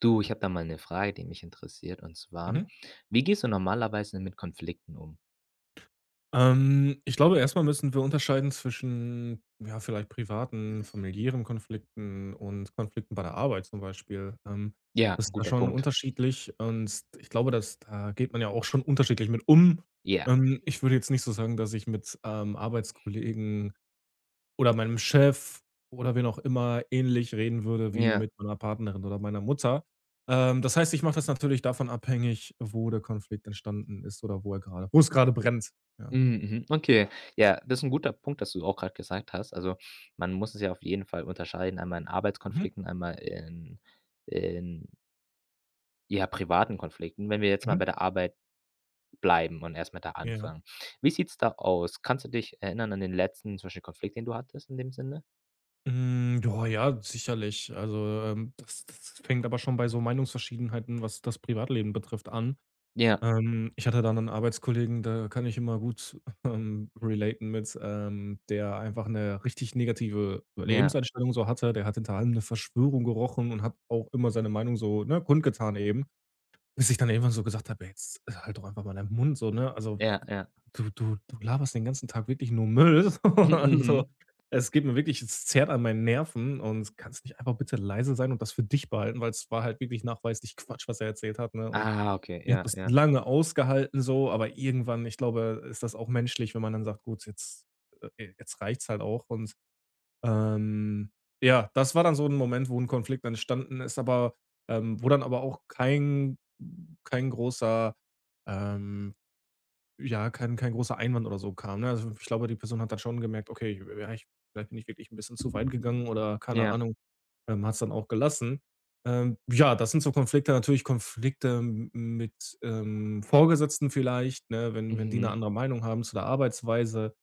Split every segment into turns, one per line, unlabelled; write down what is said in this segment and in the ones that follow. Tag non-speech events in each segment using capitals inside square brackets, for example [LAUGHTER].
Du, ich habe da mal eine Frage, die mich interessiert, und zwar:
Mhm.
Wie gehst du normalerweise mit Konflikten um?
Ich glaube, erstmal müssen wir unterscheiden zwischen, ja, vielleicht privaten, familiären Konflikten und Konflikten bei der Arbeit zum Beispiel.
Ja,
Das
ein
ist da
guter
schon
Punkt.
unterschiedlich und ich glaube, dass da geht man ja auch schon unterschiedlich mit um.
Ja,
Ich würde jetzt nicht so sagen, dass ich mit, Arbeitskollegen oder meinem Chef oder wen auch immer ähnlich reden würde wie
ja.
mit meiner Partnerin oder meiner Mutter. Das heißt, ich mache das natürlich davon abhängig, wo der Konflikt entstanden ist oder wo er gerade, wo es gerade brennt, ja.
Mhm, mhm. Okay. Ja, das ist ein guter Punkt, dass du auch gerade gesagt hast. Also, man muss es ja auf jeden Fall unterscheiden, einmal in
Mhm,
Arbeitskonflikten, einmal in, ja, privaten Konflikten. Wenn wir jetzt mal bei
mhm.
der Arbeit bleiben und erstmal da
Ja.
anfangen. Wie sieht's da aus? Kannst du dich erinnern an den letzten zum Beispiel Konflikt, den du hattest in dem Sinne?
Hm, ja, ja, sicherlich. Also, das fängt aber schon bei so Meinungsverschiedenheiten, was das Privatleben betrifft, an.
Ja,
Ich hatte dann einen Arbeitskollegen, da kann ich immer gut, [LAUGHS] relaten mit, der einfach eine richtig negative
ja,
Lebenseinstellung so hatte. Der hat hinter allem 'ne Verschwörung gerochen und hat auch immer seine Meinung so, ne, kundgetan eben. Bis ich dann irgendwann so gesagt habe: „Ey, jetzt halt doch einfach mal deinen Mund so, ne? Also,
ja, ja.
du laberst den ganzen Tag wirklich nur Müll."
[LAUGHS]
[LAUGHS]
Mhm,
„Also,
mhm.
es geht mir wirklich, es zerrt an meinen Nerven und kannst nicht einfach bitte leise sein und das für dich behalten?" Weil es war halt wirklich nachweislich Quatsch, was er erzählt hat, ne? Und
Ah, okay,
ich habe
ja,
das
ja.
lange ausgehalten so, aber irgendwann, ich glaube, ist das auch menschlich, wenn man dann sagt: „Gut, jetzt, jetzt reicht's halt auch." Und ähm, ja, das war dann so ein Moment, wo ein Konflikt entstanden ist, aber wo dann aber auch kein großer ähm, ja, kein großer Einwand oder so kam, ne? Also, ich glaube, die Person hat dann schon gemerkt: „Okay, ich, ja, ich vielleicht bin ich wirklich ein bisschen zu weit gegangen" oder keine
Ja,
Ahnung, hat es dann auch gelassen. Ja, das sind so Konflikte natürlich Konflikte m mit, Vorgesetzten vielleicht, ne, wenn die eine
mhm,
andere Meinung haben zu der Arbeitsweise.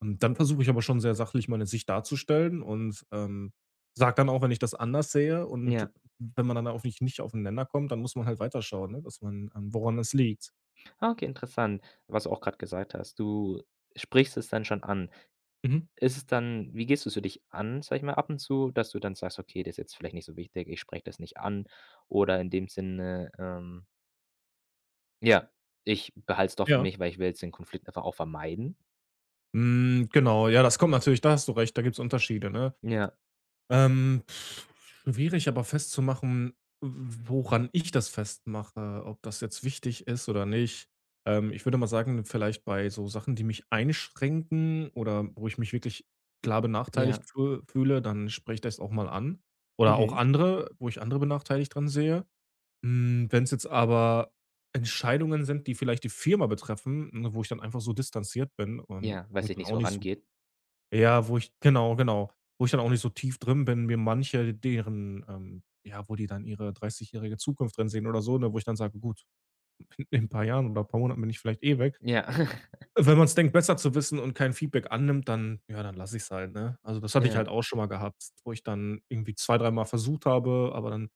Und dann versuche ich aber schon sehr sachlich meine Sicht darzustellen und, sage dann auch, wenn ich das anders sehe. Und
ja.
wenn man dann auch nicht auf 'n Nenner kommt, dann muss man halt weiterschauen, ne, dass man woran es liegt.
Ah, okay, interessant, was du auch grad gesagt hast. Du sprichst es dann schon an.
Mhm.
Ist es dann wie gehst du's für dich an, sage ich mal, ab und zu, dass du dann sagst: „Okay, das ist jetzt vielleicht nicht so wichtig, ich spreche das nicht an“ oder in dem Sinne, ja, ich behalte es doch für
Ja.
mich, weil ich will jetzt den Konflikt einfach auch vermeiden?
Hm, genau, ja, das kommt natürlich, da hast du recht, da gibt es Unterschiede, ne?
Ja,
Ähm, pff, schwierig, aber festzumachen, w woran ich das festmache, ob das jetzt wichtig ist oder nicht. Ich würde mal sagen, vielleicht bei so Sachen, die mich einschränken oder wo ich mich wirklich klar benachteiligt
ja,
fü fühle, dann spreche ich das auch mal an. Oder auch
mhm,
andere, wo ich andere benachteiligt dran sehe. Wenn es jetzt aber Entscheidungen sind, die vielleicht die Firma betreffen, ne, wo ich dann einfach so distanziert bin und
ja,
wo
weil's
ich
dich
dann
nicht
auch
so
nicht so,
rangeht.
ja, wo ich, genau, genau. Wo ich dann auch nicht so tief drin bin, mir manche deren, ja, wo die dann ihre 30-jährige Zukunft drin sehen oder so, ne, wo ich dann sage: „Gut, [LAUGHS] in ein paar Jahren oder ein paar Monaten bin ich vielleicht eh weg."
Ja, [LAUGHS]
Wenn man es denkt, besser zu wissen und kein Feedback annimmt, dann ja, dann lasse ich es halt, ne? Also, das hatte ich
ja.
halt auch schon mal gehabt, wo ich dann irgendwie zwei, dreimal versucht habe, aber dann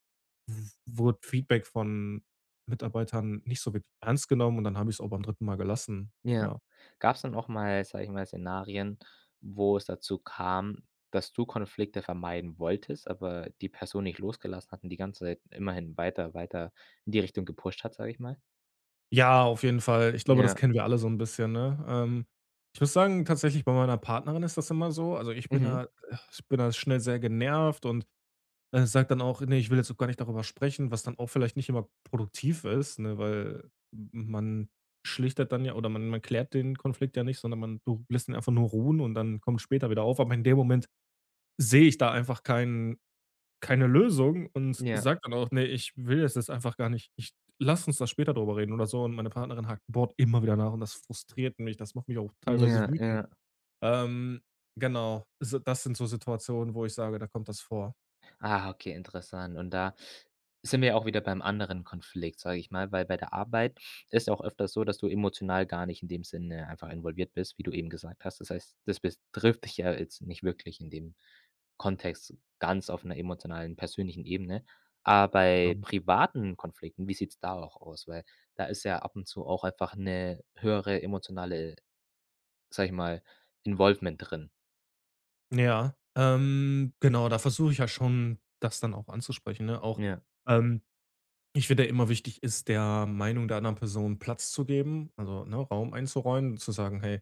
w wurde Feedback von Mitarbeitern nicht so wirklich ernst genommen und dann habe ich es auch beim dritten Mal gelassen,
Ja.
ja.
Gab's dann auch mal, sage ich mal, Szenarien, wo es dazu kam, dass du Konflikte vermeiden wolltest, aber die Person nicht losgelassen hat und die ganze Zeit immerhin weiter, weiter in die Richtung gepusht hat, sage ich mal?
Ja, auf jeden Fall. Ich glaube, das
Ja.
kennen wir alle so 'n bisschen, ne? Ich muss sagen, tatsächlich bei meiner Partnerin ist das immer so. Also, ich bin
Mhm.
da ich bin da schnell sehr genervt und, sage dann auch: „Ne, ich will jetzt auch gar nicht darüber sprechen", was dann auch vielleicht nicht immer produktiv ist, ne, weil m man schlichtet dann ja, oder man klärt den Konflikt ja nicht, sondern man du lässt ihn einfach nur ruhen und dann kommt es später wieder auf. Aber in dem Moment sehe ich da einfach keine Lösung und
Ja.
sagt dann auch: „Ne, ich will jetzt das einfach gar nicht. Ich, lass uns da später drüber reden oder so." Und meine Partnerin hakt bohrt immer wieder nach und das frustriert mich. Das macht mich auch teilweise
Ja,
wütend.
ja.
Ähm, genau, so, das sind so Situationen, wo ich sage, da kommt das vor.
Ah, okay, interessant. Und da sind wir auch wieder beim anderen Konflikt, sage ich mal, weil bei der Arbeit ist auch öfters so, dass du emotional gar nicht in dem Sinne einfach involviert bist, wie du eben gesagt hast. Das heißt, das betrifft dich ja jetzt nicht wirklich in dem Kontext ganz auf einer emotionalen, persönlichen Ebene. Aber bei
Genau.
privaten Konflikten, wie sieht es da auch aus? Weil da ist ja ab und zu auch einfach eine höhere emotionale, sag ich mal, Involvement drin.
Ja, genau, da versuche ich ja schon, das dann auch anzusprechen, ne? Auch,
Ja,
ähm, ich finde, ja, immer wichtig ist, der Meinung der anderen Person Platz zu geben, also, ne, Raum einzuräumen, zu sagen: „Hey,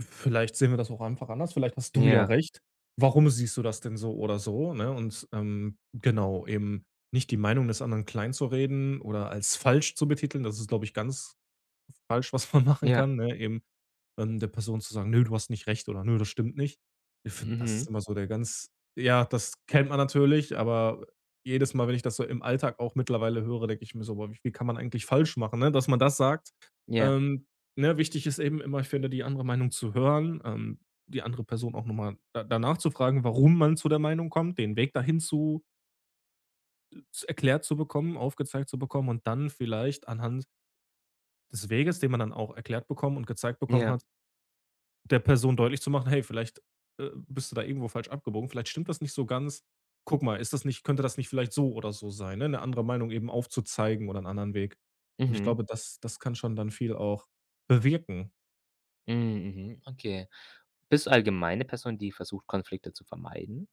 vielleicht sehen wir das auch einfach anders. Vielleicht hast du ja
ja,
recht. Warum siehst du das denn so oder so, ne?" Und, genau, eben nicht die Meinung des anderen klein zu reden oder als falsch zu betiteln, das ist, glaube ich, ganz falsch, was man [LAUGHS] machen
ja,
kann, ne? Eben, der Person zu sagen: „Nö, du hast nicht recht" oder „Nö, das stimmt nicht." Ich finde, das ist
mhm,
immer so der ganz, ja, das kennt man natürlich, aber jedes Mal, wenn ich das so im Alltag auch mittlerweile höre, denke ich mir so: „Boah, wie viel kann man eigentlich falsch machen", ne, dass man das sagt.
ja,
Ähm, ne, wichtig ist eben immer, ich finde, die andere Meinung zu hören, die andere Person auch nochmal da danach zu fragen, warum man zu der Meinung kommt, den Weg dahin zu z erklärt zu bekommen, aufgezeigt zu bekommen und dann vielleicht anhand des Weges, den man dann auch erklärt bekommen und gezeigt bekommen
ja,
hat, der Person deutlich zu machen: „Hey, vielleicht, bist du da irgendwo falsch abgebogen. Vielleicht stimmt das nicht so ganz. Guck mal, ist das nicht, könnte das nicht vielleicht so oder so sein?", ne? Eine andere Meinung eben aufzuzeigen oder einen anderen Weg. Und ich
mhm.
glaube, das kann schon dann viel auch bewirken.
Hm, mhm, okay. Bist du allgemein 'ne Person, die versucht, Konflikte zu vermeiden?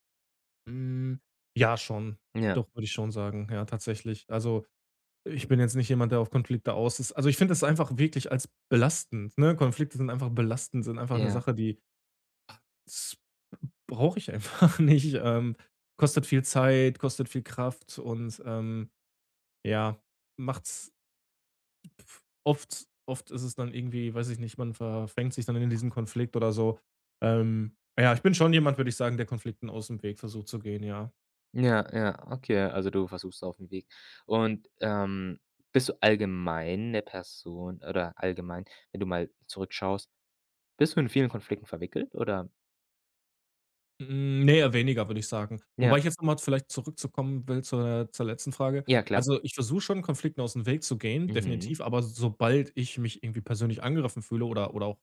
Hm, ja, schon.
Ja,
Doch, würde ich schon sagen, ja, tatsächlich. Also, ich bin jetzt nicht jemand, der auf Konflikte aus ist. Also, ich finde es einfach wirklich als belastend, ne? Konflikte sind einfach belastend, sind einfach eine
ja,
Sache, die. Das brauche ich einfach [LAUGHS] nicht. Kostet viel Zeit, kostet viel Kraft und, ja, macht's, f oft oft ist es dann irgendwie, weiß ich nicht, man verfängt sich dann in diesen Konflikt oder so. Ja, ich bin schon jemand, würde ich sagen, der Konflikten aus dem Weg versucht zu gehen, ja.
ja, ja, okay. Also, du versuchst auf 'n Weg. Und, bist du allgemein 'ne Person oder allgemein, wenn du mal zurückschaust, bist du in vielen Konflikten verwickelt, oder?
Hm, ne, eher weniger, würde ich sagen. Wobei ich
Ja,
jetzt noch mal vielleicht zurückzukommen will zur letzten Frage.
ja, klar.
Also, ich versuche schon, Konflikten aus dem Weg zu gehen,
Mhm,
definitiv, aber sobald ich mich irgendwie persönlich angegriffen fühle oder auch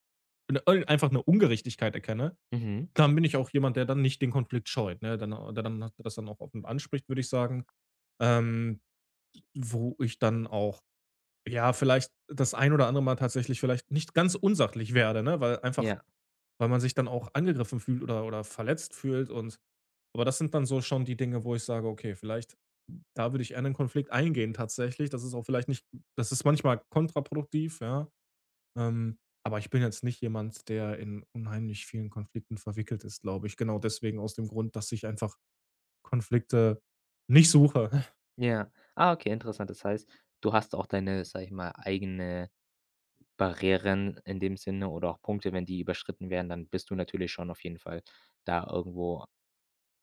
'ne irgend einfach eine Ungerechtigkeit erkenne,
mhm,
dann bin ich auch jemand, der dann nicht den Konflikt scheut, ne? Dann der, dann das dann auch offen anspricht, würde ich sagen, ähm, wo ich dann auch, ja, vielleicht das ein oder andere Mal tatsächlich vielleicht nicht ganz unsachlich werde, ne, weil einfach,
ja,
weil man sich dann auch angegriffen fühlt oder verletzt fühlt, und aber das sind dann so schon die Dinge, wo ich sage: „Okay, vielleicht, da würde ich eher 'nen Konflikt eingehen tatsächlich." Das ist auch vielleicht nicht, das ist manchmal kontraproduktiv, ja, ähm, aber ich bin jetzt nicht jemand, der in unheimlich vielen Konflikten verwickelt ist, glaube ich. Genau deswegen, aus dem Grund, dass ich einfach Konflikte nicht suche. [LAUGHS]
ja. Ah, okay, interessant. Das heißt, du hast auch deine, sage ich mal, eigene Barrieren in dem Sinne oder auch Punkte, wenn die überschritten werden, dann bist du natürlich schon auf jeden Fall da irgendwo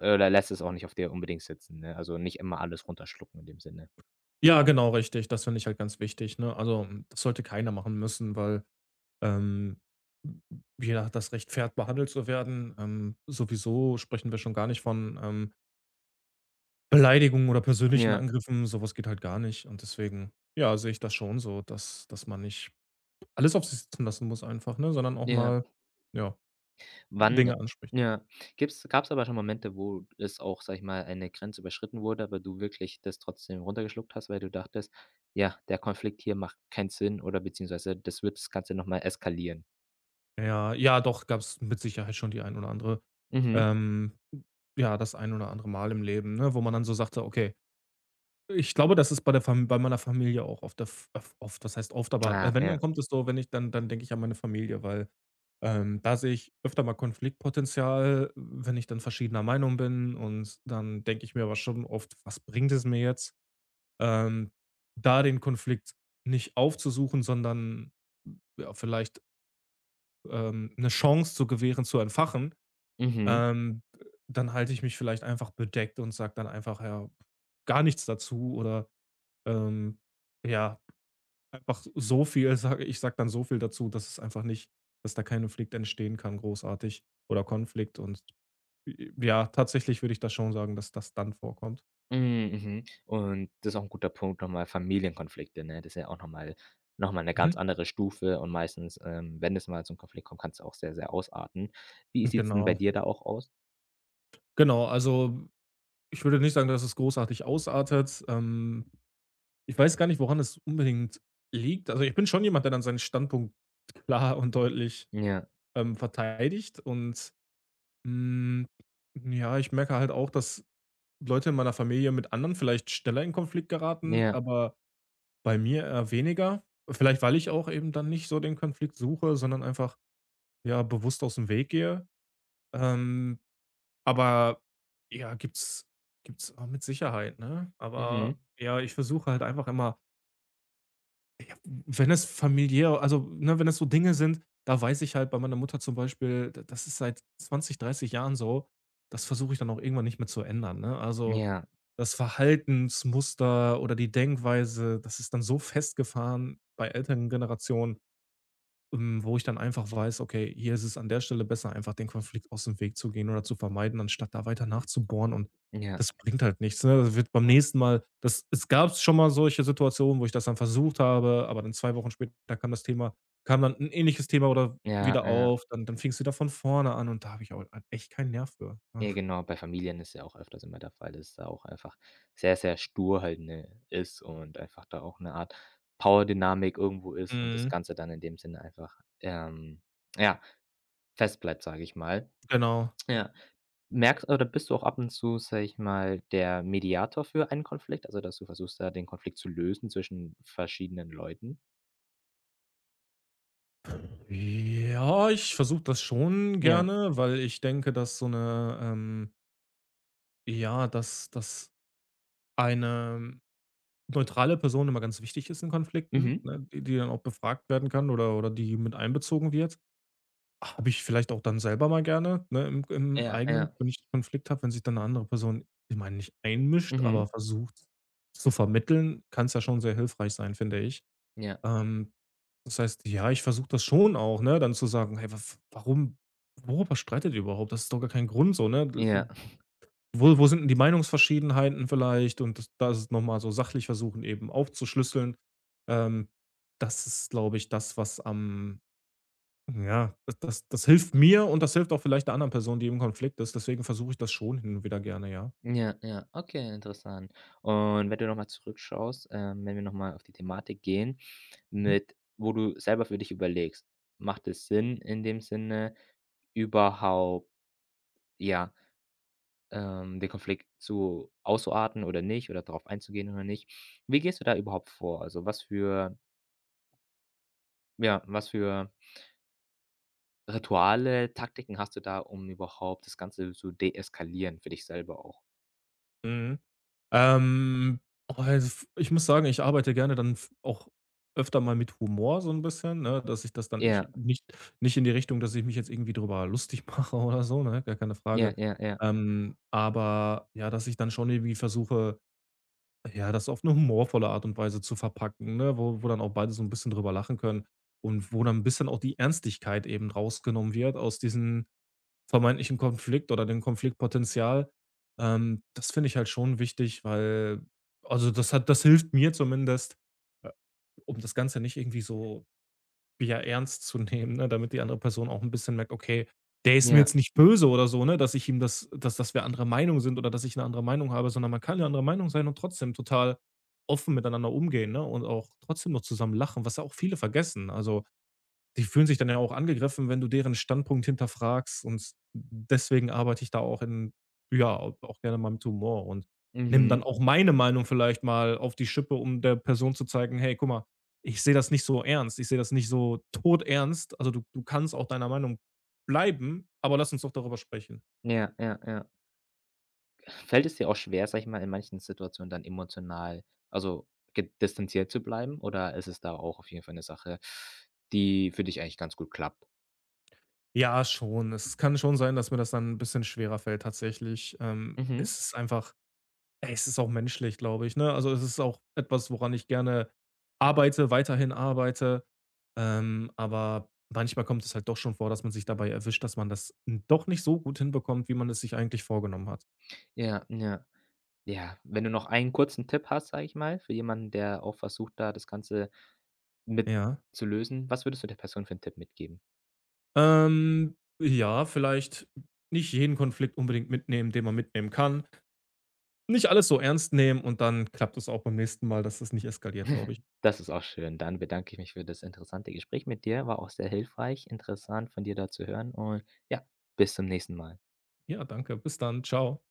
Oder lässt es auch nicht auf dir unbedingt sitzen, ne? Also, nicht immer alles runterschlucken in dem Sinne.
Ja, genau, richtig. Das finde ich halt ganz wichtig, ne? Also, das sollte keiner machen müssen, weil, ähm, jeder hat das Recht, fair behandelt zu werden. Sowieso sprechen wir schon gar nicht von, Beleidigungen oder persönlichen
Ja,
Angriffen, sowas geht halt gar nicht. Und deswegen, ja, sehe ich das schon so, dass man nicht alles auf sich sitzen lassen muss einfach, ne, sondern auch
ja.
mal, ja,
Wann
Dinge anspricht.
ja. Gibt's gab's aber schon Momente, wo es auch, sage ich mal, eine Grenze überschritten wurde, aber du wirklich das trotzdem runtergeschluckt hast, weil du dachtest: „Ja, der Konflikt hier macht keinen Sinn“ oder beziehungsweise das wird das Ganze noch mal eskalieren?
Ja, ja, doch, gab es mit Sicherheit schon die ein oder andere,
Mhm.
ähm, ja, das ein oder andere Mal im Leben, ne, wo man dann so sagte: „Okay, ich glaube, das ist bei der Fam bei meiner Familie auch oft der F oft, was heißt oft, aber
Ah,
wenn, dann
ja.
kommt es so, wenn ich dann denke ich an meine Familie, weil, da sehe ich öfter mal Konfliktpotenzial, wenn ich dann verschiedener Meinung bin, und dann denke ich mir aber schon oft: „Was bringt es mir jetzt?" Ähm, Da den Konflikt nicht aufzusuchen, sondern, ja, vielleicht, 'ne Chance zu gewähren, zu entfachen,
Mhm.
ähm, dann halte ich mich vielleicht einfach bedeckt und sage dann einfach, ja, gar nichts dazu oder ähm, ja, einfach so viel, sage ich, sage dann so viel dazu, dass es einfach nicht, dass da kein Konflikt entstehen kann großartig oder Konflikt und, j ja, tatsächlich würde ich das schon sagen, dass das dann vorkommt.
Hm, mhm. Und das ist auch ein guter Punkt, nochmal Familienkonflikte, ne? Das ist ja auch nochmal mal noch mal 'ne ganz
Mhm.
andere Stufe und meistens, wenn es mal zum Konflikt kommt, kann es auch sehr, sehr ausarten. Wie sieht's denn bei
Genau.
dir da auch aus?
Genau, also, ich würde nicht sagen, dass es großartig ausartet. Ich weiß gar nicht, woran es unbedingt liegt. Also, ich bin schon jemand, der dann seinen Standpunkt klar und deutlich,
Ja,
verteidigt und, hm, ja, ich merke halt auch, dass Leute in meiner Familie mit anderen vielleicht schneller in Konflikt geraten,
ja,
aber bei mir eher weniger. Vielleicht, weil ich auch eben dann nicht so den Konflikt suche, sondern einfach, ja, bewusst aus dem Weg gehe. Ähm, aber ja, gibt's auch mit Sicherheit, ne? Aber
mhm,
ja, ich versuche halt einfach immer. Wenn es familiär, also, ne, wenn es so Dinge sind, da weiß ich halt bei meiner Mutter zum Beispiel, d das ist seit 20, 30 Jahren so, das versuche ich dann auch irgendwann nicht mehr zu ändern, ne? Also,
ja,
das Verhaltensmuster oder die Denkweise, das ist dann so festgefahren bei älteren Generationen, wo ich dann einfach weiß, okay, hier ist es an der Stelle besser, einfach den Konflikt aus dem Weg zu gehen oder zu vermeiden, anstatt da weiter nachzubohren, und
ja,
das bringt halt nichts, ne? Das wird beim nächsten Mal das es gab schon mal solche Situationen, wo ich das dann versucht habe, aber dann 2 Wochen später kam dann ein ähnliches Thema oder
ja,
wieder
ja.
auf, dann fing es wieder von vorne an, und da habe ich auch halt echt keinen Nerv für. Ja.
Ja, genau, bei Familien ist ja auch öfters immer der Fall, dass es da auch einfach sehr, sehr stur halt, ne, ist und einfach da auch eine Art Power-Dynamik irgendwo ist und das
Mhm,
Ganze dann in dem Sinne einfach, ja, fest bleibt, sage ich mal.
genau.
Ja. Merkst oder bist du auch ab und zu, sage ich mal, der Mediator für einen Konflikt? Also, dass du versuchst, da den Konflikt zu lösen zwischen verschiedenen Leuten?
Ja, ich versuche das schon
Ja.
gerne, weil ich denke, dass so eine, ja, dass eine neutrale Person immer ganz wichtig ist in Konflikten,
Mhm.
ne, die dann auch befragt werden kann, oder die mit einbezogen wird. Habe ich vielleicht auch dann selber mal gerne, ne, im
Ja,
eigenen,
ja.
wenn ich Konflikt habe, wenn sich dann eine andere Person, ich meine, nicht einmischt, aber
Mhm.
versucht zu vermitteln, kann es ja schon sehr hilfreich sein, finde ich.
Ja.
Ähm, das heißt, ja, ich versuche das schon auch, ne, dann zu sagen: „Hey, wa warum worüber streitet ihr überhaupt? Das ist doch gar kein Grund so, ne?"
Ja.
Wo sind denn die Meinungsverschiedenheiten vielleicht, und das da ist es noch mal so sachlich versuchen, eben aufzuschlüsseln. Ähm, das ist, glaube ich, das, was am, ja, das hilft mir, und das hilft auch vielleicht der anderen Person, die im Konflikt ist. Deswegen versuche ich das schon hin und wieder gerne, ja.
Ja, ja. Okay, interessant. Und wenn du noch mal zurückschaust, wenn wir noch mal auf die Thematik gehen,
Mhm.
mit wo du selber für dich überlegst: „Macht es Sinn in dem Sinne überhaupt, ja, den Konflikt zu auszuarten oder nicht oder darauf einzugehen oder nicht. Wie gehst du da überhaupt vor? Also, was für ja, was für Rituale, Taktiken hast du da, um überhaupt das Ganze zu deeskalieren für dich selber auch?
Mhm. Ähm, oh, also, ich muss sagen, ich arbeite gerne dann f auch öfter mal mit Humor so ein bisschen, ne, dass ich das dann ich
Ja,
nicht in die Richtung, dass ich mich jetzt irgendwie drüber lustig [LAUGHS] mache oder so, ne, gar keine
ja,
Frage.
ja, ja,
Aber ja, dass ich dann schon irgendwie versuche, ja, das auf eine humorvolle Art und Weise zu verpacken, ne, wo dann auch beide so ein bisschen drüber lachen können, und wo dann ein bisschen auch die Ernstigkeit eben rausgenommen wird aus diesen vermeintlichen Konflikt oder dem Konfliktpotenzial. Das finde ich halt schon wichtig, weil, also, das hilft mir zumindest, äh, um das Ganze nicht irgendwie so, ja, ernst zu nehmen, ne, damit die andere Person auch ein bisschen merkt: „Okay, der ist mir
ja.
jetzt nicht böse oder so, ne, dass ich ihm dass wir andere Meinung sind oder dass ich eine andere Meinung habe", sondern man kann eine andere Meinung sein und trotzdem total offen miteinander umgehen, ne, und auch trotzdem noch zusammen lachen, was ja auch viele vergessen. Also, die fühlen sich dann ja auch angegriffen, wenn du deren Standpunkt hinterfragst, und deswegen arbeite ich da auch in ja, auch gerne mal mit Humor, und nimm dann
Mhm.
auch meine Meinung vielleicht mal auf die Schippe, um der Person zu zeigen: „Hey, guck mal, ich sehe das nicht so ernst. Ich sehe das nicht so todernst. Also, du kannst auch deiner Meinung bleiben, aber lass uns doch darüber sprechen."
Ja, ja, ja. Fällt es dir auch schwer, sag ich mal, in manchen Situationen dann emotional, also, ge distanziert zu bleiben oder ist es da auch auf jeden Fall eine Sache, die für dich eigentlich ganz gut klappt?
Ja, schon. Es kann schon sein, dass mir das dann ein bisschen schwerer fällt tatsächlich. Ähm,
Mhm.
es ist einfach. Es ist auch menschlich, glaube ich, ne? Also, es ist auch etwas, woran ich gerne arbeite, weiterhin arbeite. Aber manchmal kommt es halt doch schon vor, dass man sich dabei erwischt, dass man das n doch nicht so gut hinbekommt, wie man es sich eigentlich vorgenommen hat.
Ja, ja. Ja, wenn du noch einen kurzen Tipp hast, sage ich mal, für jemanden, der auch versucht, da das Ganze mit
Ja.
zu lösen, was würdest du der Person für 'n Tipp mitgeben?
Ähm, ja, vielleicht nicht jeden Konflikt unbedingt mitnehmen, den man mitnehmen kann. Nicht alles so ernst nehmen, und dann klappt es auch beim nächsten Mal, dass es nicht eskaliert, glaube ich.
[LAUGHS] Das ist auch schön. Dann bedanke ich mich für das interessante Gespräch mit dir. War auch sehr hilfreich, interessant von dir da zu hören und ja, bis zum nächsten Mal.
Ja, danke. Bis dann. Ciao.